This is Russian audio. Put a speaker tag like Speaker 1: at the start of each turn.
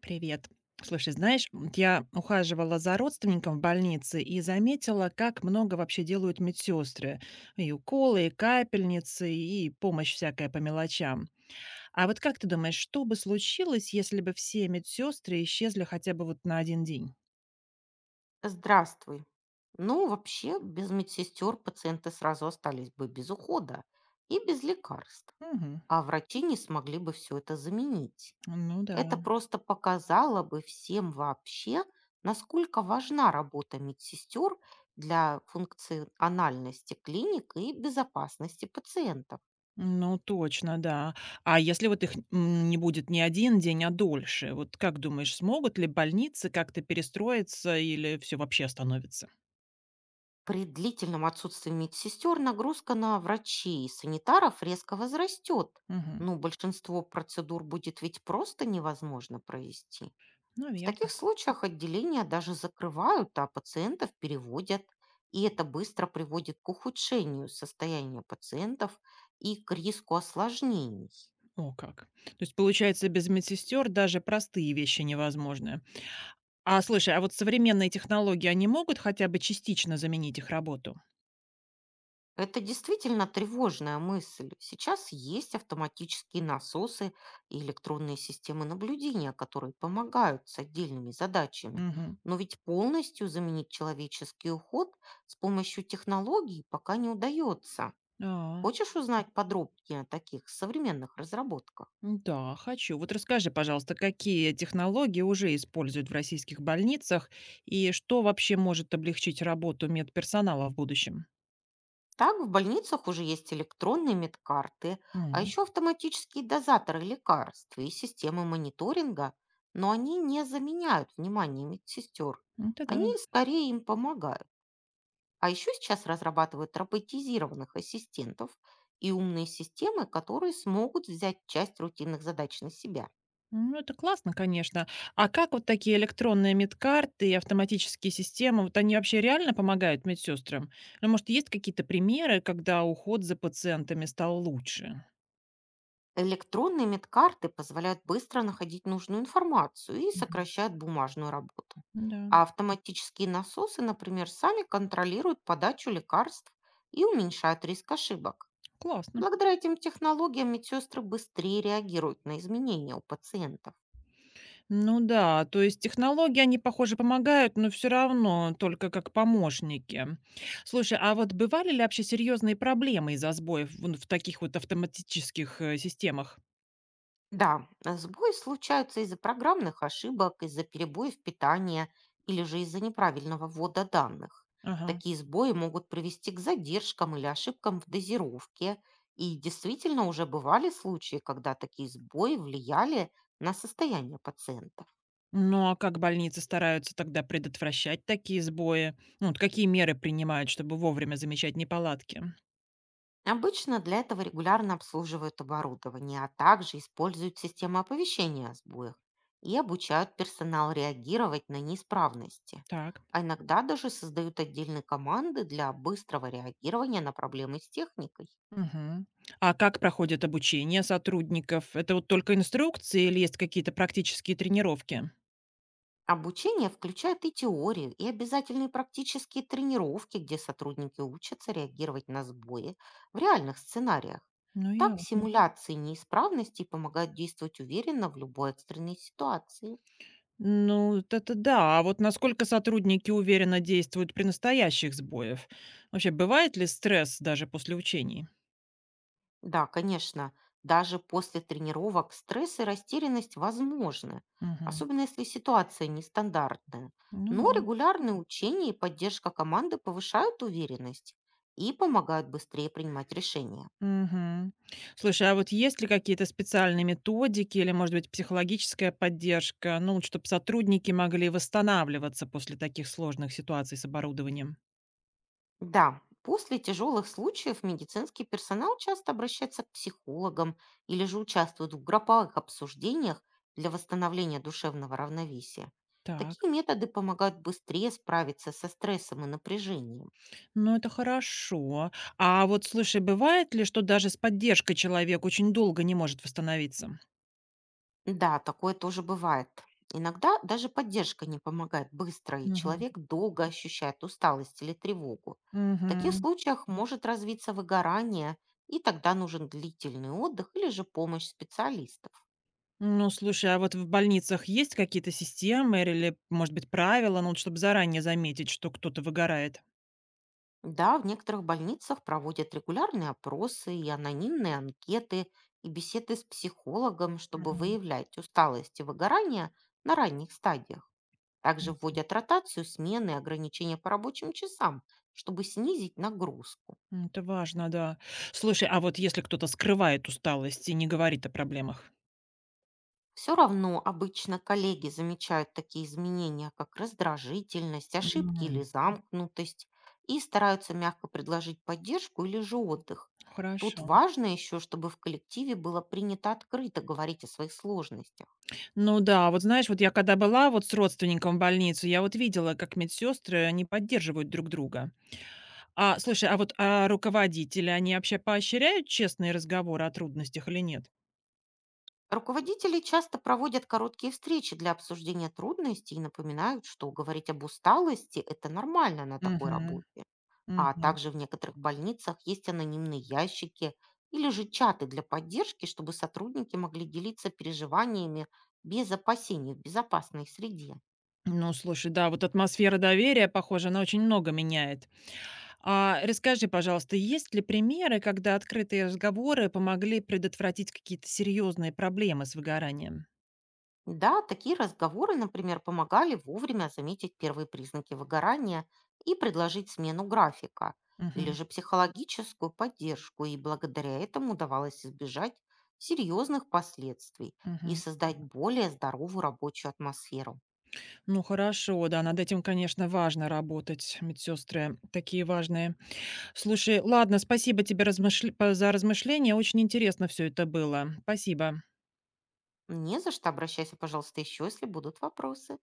Speaker 1: Привет. Слушай, знаешь, я ухаживала за родственником в больнице и заметила, как много вообще делают медсестры. И уколы, и капельницы, и помощь всякая по мелочам. А вот как ты думаешь, что бы случилось, если бы все медсестры исчезли хотя бы вот на один день?
Speaker 2: Здравствуй. Ну, вообще, без медсестер пациенты сразу остались бы без ухода и без лекарств,
Speaker 1: Мгм.
Speaker 2: а врачи не смогли бы все это заменить.
Speaker 1: Ну да,
Speaker 2: Это просто показало бы всем вообще, насколько важна работа медсестер для функциональности клиник и безопасности пациентов.
Speaker 1: ну точно, да. А если вот их не будет не один день, а дольше, вот как думаешь, смогут ли больницы как-то перестроиться или все вообще остановится?
Speaker 2: При длительном отсутствии медсестер нагрузка на врачей и санитаров резко возрастет.
Speaker 1: Угу.
Speaker 2: Но большинство процедур будет ведь просто невозможно провести. В таких
Speaker 1: Наверное.
Speaker 2: случаях отделения даже закрывают, а пациентов переводят. И это быстро приводит к ухудшению состояния пациентов и к риску осложнений.
Speaker 1: О, как. То есть, получается, без медсестер даже простые вещи невозможны. А слушай, а вот современные технологии, они могут хотя бы частично заменить их работу?
Speaker 2: Это действительно тревожная мысль. Сейчас есть автоматические насосы и электронные системы наблюдения, которые помогают с отдельными задачами.
Speaker 1: Мгм.
Speaker 2: Но ведь полностью заменить человеческий уход с помощью технологий пока не удается.
Speaker 1: А,
Speaker 2: Хочешь узнать подробнее о таких современных разработках?
Speaker 1: да, хочу. Вот расскажи, пожалуйста, какие технологии уже используют в российских больницах и что вообще может облегчить работу медперсонала в будущем?
Speaker 2: Так, в больницах уже есть электронные медкарты, а
Speaker 1: М,
Speaker 2: еще автоматические дозаторы лекарств и системы мониторинга, но они не заменяют внимание медсестер.
Speaker 1: ну, это
Speaker 2: Они
Speaker 1: да.
Speaker 2: скорее им помогают. А еще сейчас разрабатывают роботизированных ассистентов и умные системы, которые смогут взять часть рутинных задач на себя.
Speaker 1: Ну, это классно, конечно. А как вот такие электронные медкарты и автоматические системы, вот они вообще реально помогают медсестрам? Ну, может, есть какие-то примеры, когда уход за пациентами стал лучше?
Speaker 2: Электронные медкарты позволяют быстро находить нужную информацию и
Speaker 1: Мгм.
Speaker 2: сокращают бумажную работу.
Speaker 1: Да,
Speaker 2: А автоматические насосы, например, сами контролируют подачу лекарств и уменьшают риск ошибок.
Speaker 1: классно.
Speaker 2: Благодаря этим технологиям медсестры быстрее реагируют на изменения у пациентов.
Speaker 1: Ну да, то есть технологии, они, похоже, помогают, но все равно только как помощники. Слушай, а вот бывали ли вообще серьезные проблемы из-за сбоев в таких вот автоматических системах?
Speaker 2: Да, а сбои случаются из-за программных ошибок, из-за перебоев питания или же из-за неправильного ввода данных.
Speaker 1: Ага.
Speaker 2: Такие сбои могут привести к задержкам или ошибкам в дозировке. И действительно уже бывали случаи, когда такие сбои влияли на состояние пациента.
Speaker 1: Ну, а как больницы стараются тогда предотвращать такие сбои? Ну, вот какие меры принимают, чтобы вовремя замечать неполадки?
Speaker 2: Обычно для этого регулярно обслуживают оборудование, а также используют системы оповещения о сбоях и обучают персонал реагировать на неисправности.
Speaker 1: Так.
Speaker 2: А иногда даже создают отдельные команды для быстрого реагирования на проблемы с техникой.
Speaker 1: Мгм. А как проходит обучение сотрудников? Это вот только инструкции или есть какие-то практические тренировки?
Speaker 2: Обучение включает и теорию, и обязательные практические тренировки, где сотрудники учатся реагировать на сбои в реальных сценариях.
Speaker 1: Ну,
Speaker 2: Так
Speaker 1: ясно.
Speaker 2: симуляции неисправностей помогают действовать уверенно в любой экстренной ситуации.
Speaker 1: Ну, вот это да. А вот насколько сотрудники уверенно действуют при настоящих сбоях? Вообще, бывает ли стресс даже после учений?
Speaker 2: Да, конечно, даже после тренировок стресс и растерянность возможны,
Speaker 1: Мгм.
Speaker 2: особенно если ситуация нестандартная.
Speaker 1: Ну
Speaker 2: Но
Speaker 1: да.
Speaker 2: регулярные учения и поддержка команды повышают уверенность и помогают быстрее принимать решения.
Speaker 1: Мгм. Слушай, а вот есть ли какие-то специальные методики или, может быть, психологическая поддержка, ну, чтобы сотрудники могли восстанавливаться после таких сложных ситуаций с оборудованием?
Speaker 2: Да, после тяжелых случаев медицинский персонал часто обращается к психологам или же участвует в групповых обсуждениях для восстановления душевного равновесия.
Speaker 1: Так,
Speaker 2: Такие методы помогают быстрее справиться со стрессом и напряжением.
Speaker 1: ну это хорошо. А вот слушай, бывает ли, что даже с поддержкой человек очень долго не может восстановиться?
Speaker 2: Да, такое тоже бывает. Иногда даже поддержка не помогает быстро, и
Speaker 1: Мгм.
Speaker 2: человек долго ощущает усталость или тревогу. В таких
Speaker 1: Мгм.
Speaker 2: случаях может развиться выгорание, и тогда нужен длительный отдых или же помощь специалистов.
Speaker 1: Ну, слушай, а вот в больницах есть какие-то системы или, может быть, правила, ну, вот чтобы заранее заметить, что кто-то выгорает?
Speaker 2: Да, в некоторых больницах проводят регулярные опросы и анонимные анкеты и беседы с психологом, чтобы
Speaker 1: Мгм.
Speaker 2: выявлять усталость и выгорание на ранних стадиях. Также вводят ротацию, смены, ограничения по рабочим часам, чтобы снизить нагрузку.
Speaker 1: Это важно, да. Слушай, а вот если кто-то скрывает усталость и не говорит о проблемах?
Speaker 2: Все равно обычно коллеги замечают такие изменения, как раздражительность, ошибки или
Speaker 1: М,
Speaker 2: замкнутость, и стараются мягко предложить поддержку или же отдых. Тут
Speaker 1: Хорошо.
Speaker 2: важно еще, чтобы в коллективе было принято открыто говорить о своих сложностях.
Speaker 1: Ну да, вот знаешь, вот я когда была вот с родственником в больнице, я вот видела, как медсестры не поддерживают друг друга. А слушай, а вот руководители, они вообще поощряют честные разговоры о трудностях или нет?
Speaker 2: Руководители часто проводят короткие встречи для обсуждения трудностей и напоминают, что говорить об усталости — это нормально на такой
Speaker 1: Мгм,
Speaker 2: работе. А
Speaker 1: мгм.
Speaker 2: также в некоторых больницах есть анонимные ящики или же чаты для поддержки, чтобы сотрудники могли делиться переживаниями без опасений в безопасной среде.
Speaker 1: Ну слушай, да, вот атмосфера доверия, похоже, она очень много меняет. А расскажи, пожалуйста, есть ли примеры, когда открытые разговоры помогли предотвратить какие-то серьезные проблемы с выгоранием?
Speaker 2: Да, такие разговоры, например, помогали вовремя заметить первые признаки выгорания и предложить смену графика или
Speaker 1: Мгм,
Speaker 2: же психологическую поддержку, и благодаря этому удавалось избежать серьезных последствий и
Speaker 1: мгм.
Speaker 2: создать более здоровую рабочую атмосферу.
Speaker 1: Ну хорошо, да, над этим, конечно, важно работать, медсестры такие важные. Слушай, ладно, спасибо тебе за размышления, очень интересно все это было. Спасибо.
Speaker 2: Не за что, обращайся, пожалуйста, еще, если будут вопросы.